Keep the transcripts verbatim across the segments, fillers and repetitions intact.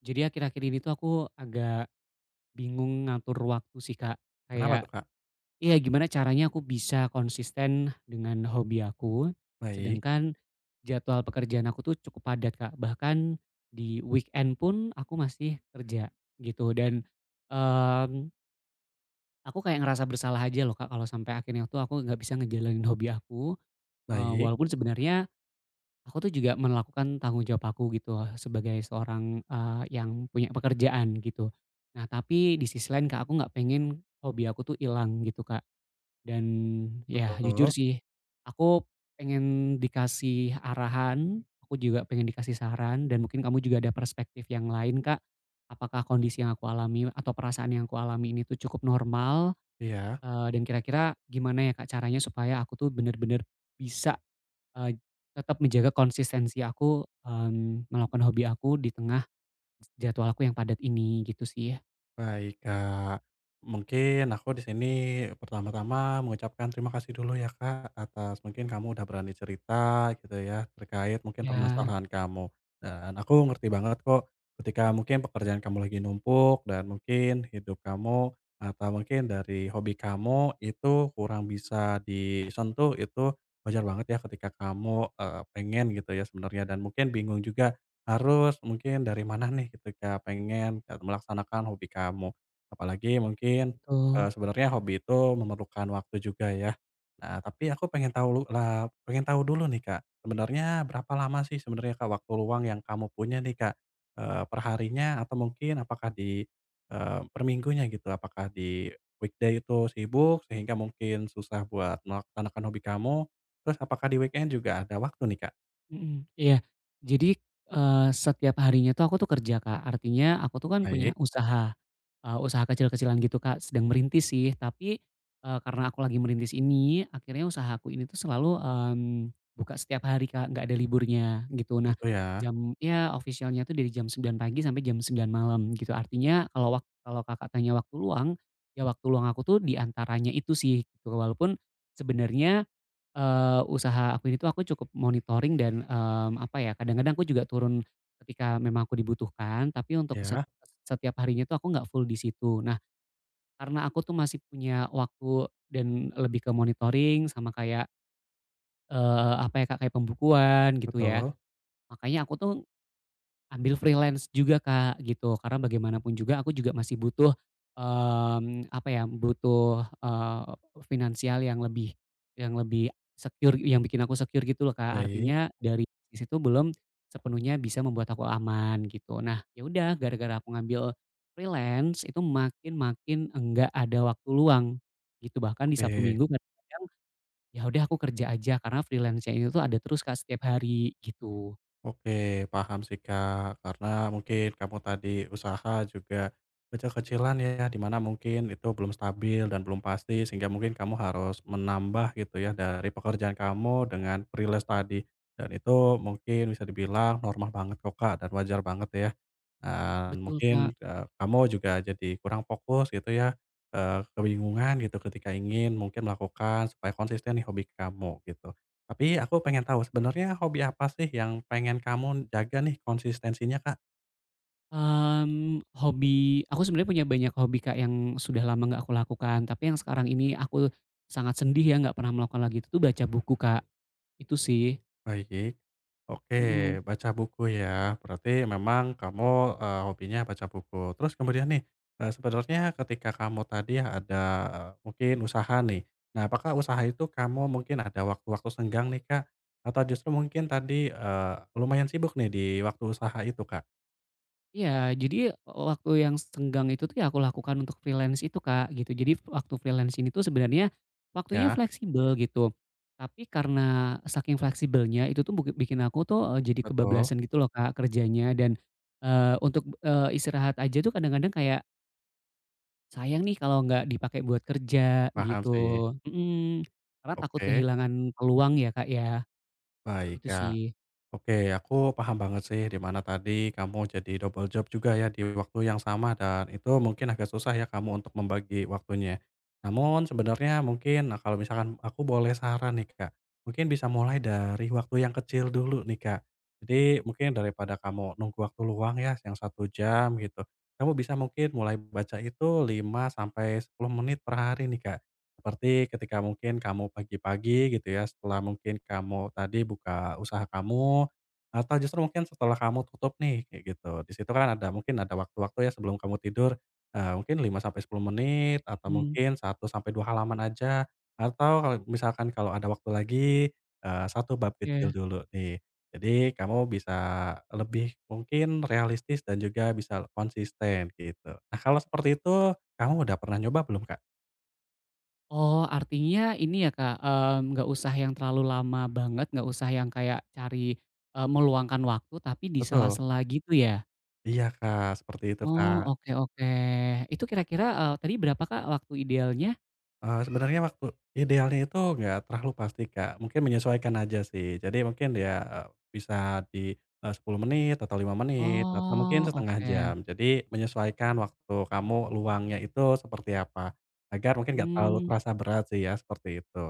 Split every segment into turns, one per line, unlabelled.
Jadi akhir-akhir ini tuh aku agak bingung ngatur waktu sih Kak.
Kenapa tuh,
Kayak,
Kak?
iya gimana caranya aku bisa konsisten dengan hobi aku,
Baik
sedangkan jadwal pekerjaan aku tuh cukup padat Kak. Bahkan di weekend pun aku masih kerja gitu dan, mmm, aku kayak ngerasa bersalah aja loh Kak kalau sampai akhirnya tuh aku nggak bisa ngejalanin hobi aku, eee,
baik,
walaupun sebenarnya aku tuh juga melakukan tanggung jawab aku gitu eh, sebagai seorang, eee, yang punya pekerjaan gitu. Nah tapi di sisi lain Kak, aku nggak pengen hobi aku tuh hilang gitu Kak, dan ya jujur
betul.
sih aku pengen dikasih arahan, aku juga pengen dikasih saran dan mungkin kamu juga ada perspektif yang lain Kak, apakah kondisi yang aku alami atau perasaan yang aku alami ini tuh cukup normal,
Iya,
eee, dan kira-kira gimana ya Kak, caranya supaya aku tuh bener-bener bisa Eee, tetap menjaga konsistensi aku, mmm, melakukan hobi aku di tengah jadwal aku yang padat ini gitu sih ya.
baik, Kak. Mungkin aku di sini pertama-tama mengucapkan terima kasih dulu ya, Kak, atas mungkin kamu udah berani cerita gitu ya, terkait mungkin
Ya.
permasalahan kamu. Dan aku ngerti banget kok ketika mungkin pekerjaan kamu lagi numpuk dan mungkin hidup kamu atau mungkin dari hobi kamu itu kurang bisa disentuh, itu wajar banget ya ketika kamu, eee, pengen gitu ya sebenarnya dan mungkin bingung juga harus, mungkin dari mana nih ketika pengen, eee, melaksanakan hobi kamu. Apalagi mungkin, eee,
Betul.
sebenarnya hobi itu memerlukan waktu juga ya. Nah, tapi aku pengen tahu lu- lah, pengen tahu dulu nih, Kak, sebenarnya berapa lama sih sebenarnya, Kak, waktu luang yang kamu punya nih, Kak? Eee, perharinya atau mungkin apakah di, eh, per minggunya gitu? Apakah di weekday itu sibuk sehingga mungkin susah buat melaksanakan hobi kamu? Terus apakah di weekend juga ada waktu nih, Kak?
Mhm. Iya. Jadi, eee, setiap harinya tuh aku tuh kerja Kak, artinya aku tuh kan punya
Baik,
usaha. Eee, usaha kecil-kecilan gitu Kak, sedang merintis sih tapi, eee, karena aku lagi merintis ini akhirnya usahaku ini tuh selalu, mmm, buka setiap hari Kak, nggak ada liburnya gitu. Nah,
gitu ya.
jam ya official tuh dari jam sembilan pagi sampai jam sembilan malam gitu. Artinya kalau wak kalau Kakak tanya waktu luang, ya waktu luang aku tuh diantaranya itu sih gitu. Walaupun sebenarnya Eee, usaha aku ini tuh aku cukup monitoring dan, mmm, apa ya, kadang-kadang aku juga turun ketika memang aku dibutuhkan, tapi untuk set
Ya.
setiap harinya tuh aku nggak full di situ. Nah, karena aku tuh masih punya waktu dan lebih ke monitoring sama kayak, eee, apa ya, Kak, kayak pembukuan gitu ya,
Betul,
makanya aku tuh ambil freelance juga Kak, gitu. Karena bagaimanapun juga aku juga masih butuh, mmm, apa ya, butuh, eee, finansial yang lebih yang lebih secure, yang bikin aku secure gitu loh Kak.
baik,
Artinya dari sisi itu belum sepenuhnya bisa membuat aku aman gitu. Nah, ya udah gara-gara aku ngambil freelance itu makin makin enggak ada waktu luang, gitu. Bahkan di Sabtu
oke
Minggu kadang-kadang, ya udah aku kerja aja karena freelance-nya itu tuh ada terus Kak setiap hari, gitu.
oke, paham sih, Kak, karena mungkin kamu tadi usaha juga kecil-kecilan ya, di mana mungkin itu belum stabil dan belum pasti sehingga mungkin kamu harus menambah gitu ya dari pekerjaan kamu dengan freelance tadi, dan itu mungkin bisa dibilang normal banget kok, Kak, dan wajar banget ya. Eee,
Betul
mungkin,
Kak.
eee, kamu juga jadi kurang fokus gitu ya, eee, kebingungan gitu ketika ingin mungkin melakukan supaya konsisten nih hobi kamu gitu. Tapi aku pengen tahu sebenarnya hobi apa sih yang pengen kamu jaga nih konsistensinya, Kak?
Mmm, hobi aku sebenarnya punya banyak hobi, Kak, yang sudah lama nggak aku lakukan, tapi yang sekarang ini aku sangat sedih ya nggak pernah melakukan lagi, itu tuh baca buku, Kak. Itu sih.
Baik. Oke,
Mhm.
baca buku ya. Berarti memang kamu, eee, hobinya baca buku. Terus kemudian nih, eee, sebenarnya ketika kamu tadi ada, eee, mungkin usaha nih. Nah, apakah usaha itu kamu mungkin ada waktu-waktu senggang nih, Kak? Atau justru mungkin tadi, eee, lumayan sibuk nih di waktu usaha itu, Kak?
Iya, jadi waktu yang senggang itu tuh ya aku lakukan untuk freelance itu, Kak, gitu. Jadi waktu freelance ini tuh sebenarnya waktunya
Ya,
fleksibel gitu, tapi karena saking fleksibelnya itu tuh buki bikin aku tuh, eee, jadi
betul.
kebablasan gitu loh, Kak, kerjanya dan, eee, untuk, eee, istirahat aja tuh kadang-kadang kayak sayang nih kalau nggak dipakai buat kerja
Paham
gitu,
sih.
mhm, karena takut
Oke,
kehilangan peluang ya, Kak, ya,
baik,
gitu
Kak.
sih.
Oke, aku paham banget sih di mana tadi kamu jadi double job juga ya di waktu yang sama dan itu mungkin agak susah ya kamu untuk membagi waktunya. Namun sebenarnya mungkin nah kalau misalkan aku boleh saran nih Kak, mungkin bisa mulai dari waktu yang kecil dulu nih Kak. Jadi mungkin daripada kamu nunggu waktu luang ya yang satu jam gitu, kamu bisa mungkin mulai baca itu lima sampai sepuluh menit per hari nih Kak. Seperti ketika mungkin kamu pagi-pagi gitu ya, setelah mungkin kamu tadi buka usaha kamu, atau justru mungkin setelah kamu tutup nih, kayak gitu. Di situ kan ada mungkin ada waktu-waktu ya sebelum kamu tidur, eee, mungkin lima sampai sepuluh menit, atau
Mhm,
mungkin satu sampai dua halaman aja, atau kalau misalkan kalau ada waktu lagi, eee, satu bab kecil
iya.
dulu nih. Jadi kamu bisa lebih mungkin realistis dan juga bisa konsisten gitu. Nah kalau seperti itu, kamu udah pernah nyoba belum, Kak?
Oh, artinya ini ya, Kak, mmm, nggak usah yang terlalu lama banget, nggak usah yang kayak cari, eee, meluangkan waktu tapi di
Betul.
sela-sela gitu ya?
Iya, Kak, seperti itu,
Oh,
Kak.
oke oke. Itu kira-kira, eee, tadi berapa, Kak, waktu idealnya?
Eee, sebenarnya waktu idealnya itu nggak terlalu pasti, Kak, mungkin menyesuaikan aja sih. Jadi mungkin ya, eee, bisa di, eee, sepuluh menit atau lima menit atau mungkin
Oh,
setengah
oke.
jam. Jadi menyesuaikan waktu kamu luangnya itu seperti apa, agar mungkin nggak terlalu
Mmm,
terasa berat sih ya, seperti itu.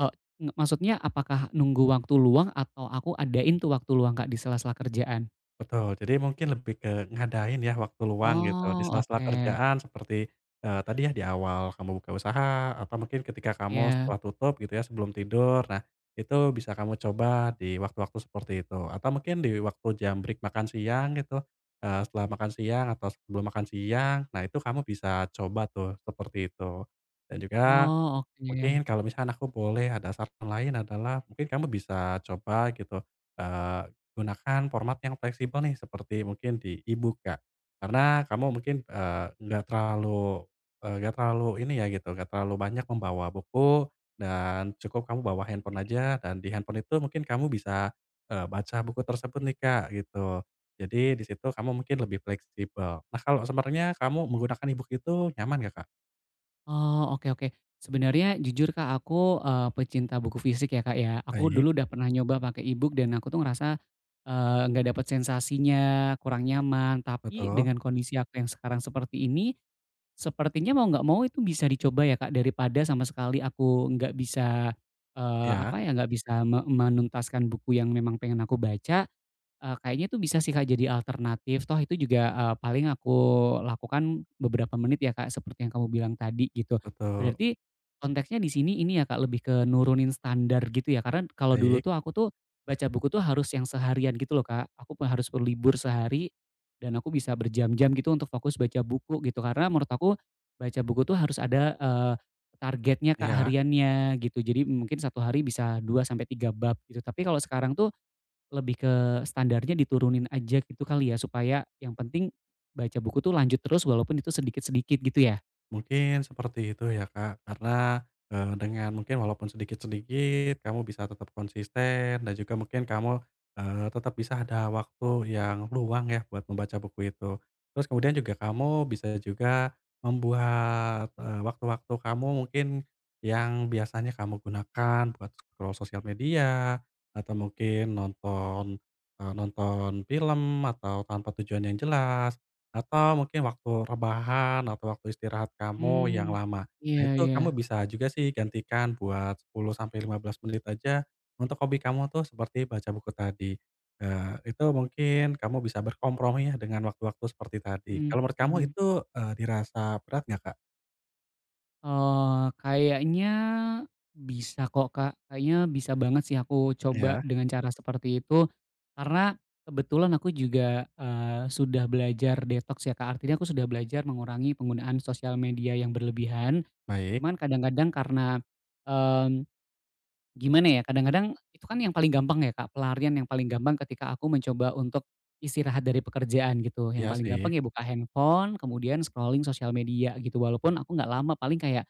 eee, nge Maksudnya apakah nunggu waktu luang atau aku adain tuh waktu luang, Kak, di sela-sela kerjaan?
Betul, jadi mungkin lebih ke ngadain ya waktu luang gitu, di
Oh,
sela-sela
oke.
kerjaan seperti, eee, tadi ya di awal kamu buka usaha atau mungkin ketika kamu
Iya.
setelah tutup gitu ya sebelum tidur. Nah, itu bisa kamu coba di waktu-waktu seperti itu atau mungkin di waktu jam break makan siang gitu, eee, setelah makan siang atau sebelum makan siang. Nah, itu kamu bisa coba tuh seperti itu dan juga
Oh, oke.
mungkin kalau misalkan aku boleh ada saran lain adalah mungkin kamu bisa coba gitu, eee, gunakan format yang fleksibel nih seperti mungkin di e-book, Kak. Karena kamu mungkin, eee, nggak terlalu eee, nggak terlalu ini ya gitu, nggak terlalu banyak membawa buku dan cukup kamu bawa handphone aja dan di handphone itu mungkin kamu bisa, eee, baca buku tersebut nih, Kak, gitu. Jadi di situ kamu mungkin lebih fleksibel. Nah, kalau sebenarnya kamu menggunakan e-book itu nyaman gak Kak?
Oh, oke oke. Sebenarnya jujur Kak, aku, eee, pecinta buku fisik ya Kak ya. Aku
Baik,
dulu udah pernah nyoba pakai e-book dan aku tuh ngerasa, eee, nggak dapet sensasinya, kurang nyaman. Tapi
betul,
dengan kondisi aku yang sekarang seperti ini, sepertinya mau nggak mau itu bisa dicoba ya Kak, daripada sama sekali aku nggak bisa, eee,
ya
apa ya, nggak bisa me menuntaskan buku yang memang pengen aku baca, Eee, kayaknya itu bisa sih, Kak, jadi alternatif, toh itu juga, eee, paling aku lakukan beberapa menit ya, Kak, seperti yang kamu bilang tadi gitu.
betul,
Berarti konteksnya di sini ini ya, Kak, lebih ke nurunin standar gitu ya, karena kalau dulu
baik,
tuh aku tuh baca buku tuh harus yang seharian gitu loh, Kak, aku pun harus berlibur sehari dan aku bisa berjam-jam gitu untuk fokus baca buku gitu, karena menurut aku baca buku tuh harus ada, eee, targetnya, Kak,
iya,
hariannya gitu. Jadi mungkin satu hari bisa dua sampai tiga bab gitu, tapi kalau sekarang tuh lebih ke standarnya diturunin aja gitu kali ya, supaya yang penting baca buku tuh lanjut terus walaupun itu sedikit-sedikit gitu ya?
mungkin seperti itu ya Kak, karena, eee, dengan mungkin walaupun sedikit-sedikit kamu bisa tetap konsisten dan juga mungkin kamu, eee, tetap bisa ada waktu yang luang ya buat membaca buku itu. Terus kemudian juga kamu bisa juga membuat, eee, waktu-waktu kamu mungkin yang biasanya kamu gunakan buat scroll sosial media atau mungkin nonton, eee, nonton film atau tanpa tujuan yang jelas, atau mungkin waktu rebahan atau waktu istirahat kamu
Mmm,
yang lama. Nah
iya
itu
iya,
kamu bisa juga sih gantikan buat sepuluh sampai lima belas menit aja untuk hobi kamu tuh seperti baca buku tadi. Eee, itu mungkin kamu bisa berkompromi ya dengan waktu-waktu seperti tadi.
mhm
Kalau menurut kamu
mhm.
itu, eee, dirasa berat nggak, Kak?
Eee, kayaknya bisa kok, Kak. Kayaknya bisa banget sih aku coba
Ya,
dengan cara seperti itu, karena kebetulan aku juga, eee, sudah belajar detox ya, Kak. Artinya aku sudah belajar mengurangi penggunaan sosial media yang berlebihan,
baik.
cuman kadang-kadang karena, mmm gimana ya, kadang-kadang itu kan yang paling gampang ya Kak, pelarian yang paling gampang ketika aku mencoba untuk istirahat dari pekerjaan gitu. Yang
Iya
paling
sih.
gampang ya buka handphone, kemudian scrolling sosial media gitu. Walaupun aku nggak lama, paling kayak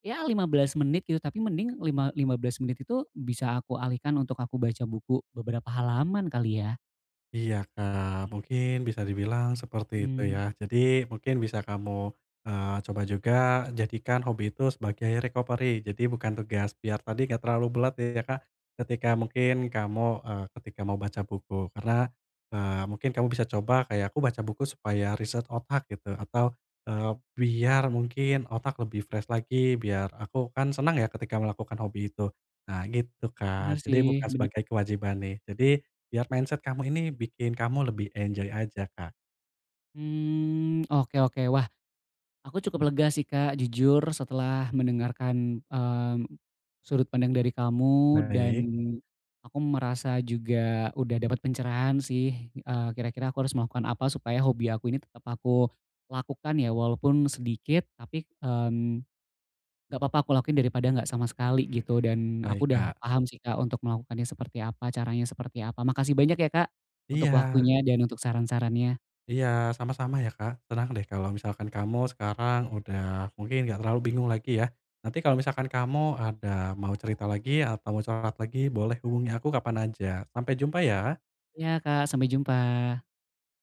ya lima belas menit gitu, tapi mending lima 15 menit itu bisa aku alihkan untuk aku baca buku beberapa halaman kali ya.
Iya Kak, mungkin bisa dibilang seperti itu
Mmm,
ya. Jadi mungkin bisa kamu, eee, coba juga jadikan hobi itu sebagai recovery, jadi bukan tugas biar tadi nggak terlalu berat ya Kak, ketika mungkin kamu, eee, ketika mau baca buku. Karena, eee, mungkin kamu bisa coba kayak, "Aku baca buku supaya riset otak," gitu, atau, eee, "Biar mungkin otak lebih fresh lagi, biar aku" kan senang ya ketika melakukan hobi itu. Nah gitu
bener
Kak, jadi
sih,
bukan
bener.
sebagai kewajiban nih. Jadi biar mindset kamu ini bikin kamu lebih enjoy aja, Kak.
Mmm, oke oke. Wah Aku cukup lega sih Kak, jujur setelah mendengarkan, mmm, sudut pandang dari kamu dan
Baik
aku merasa juga udah dapat pencerahan sih, eee, kira-kira aku harus melakukan apa supaya hobi aku ini tetap aku lakukan ya walaupun sedikit tapi, mmm, nggak apa-apa aku lakuin daripada nggak sama sekali gitu dan aku
baik,
udah
Kak.
paham sih Kak untuk melakukannya seperti apa, caranya seperti apa. Makasih banyak ya Kak untuk
Iya
waktunya dan untuk saran-sarannya.
iya, sama-sama ya, Kak. Tenang deh kalau misalkan kamu sekarang udah mungkin nggak terlalu bingung lagi ya. Nanti kalau misalkan kamu ada mau cerita lagi atau mau curhat lagi boleh hubungi aku kapan aja. Sampai jumpa ya.
Ya Kak, sampai jumpa.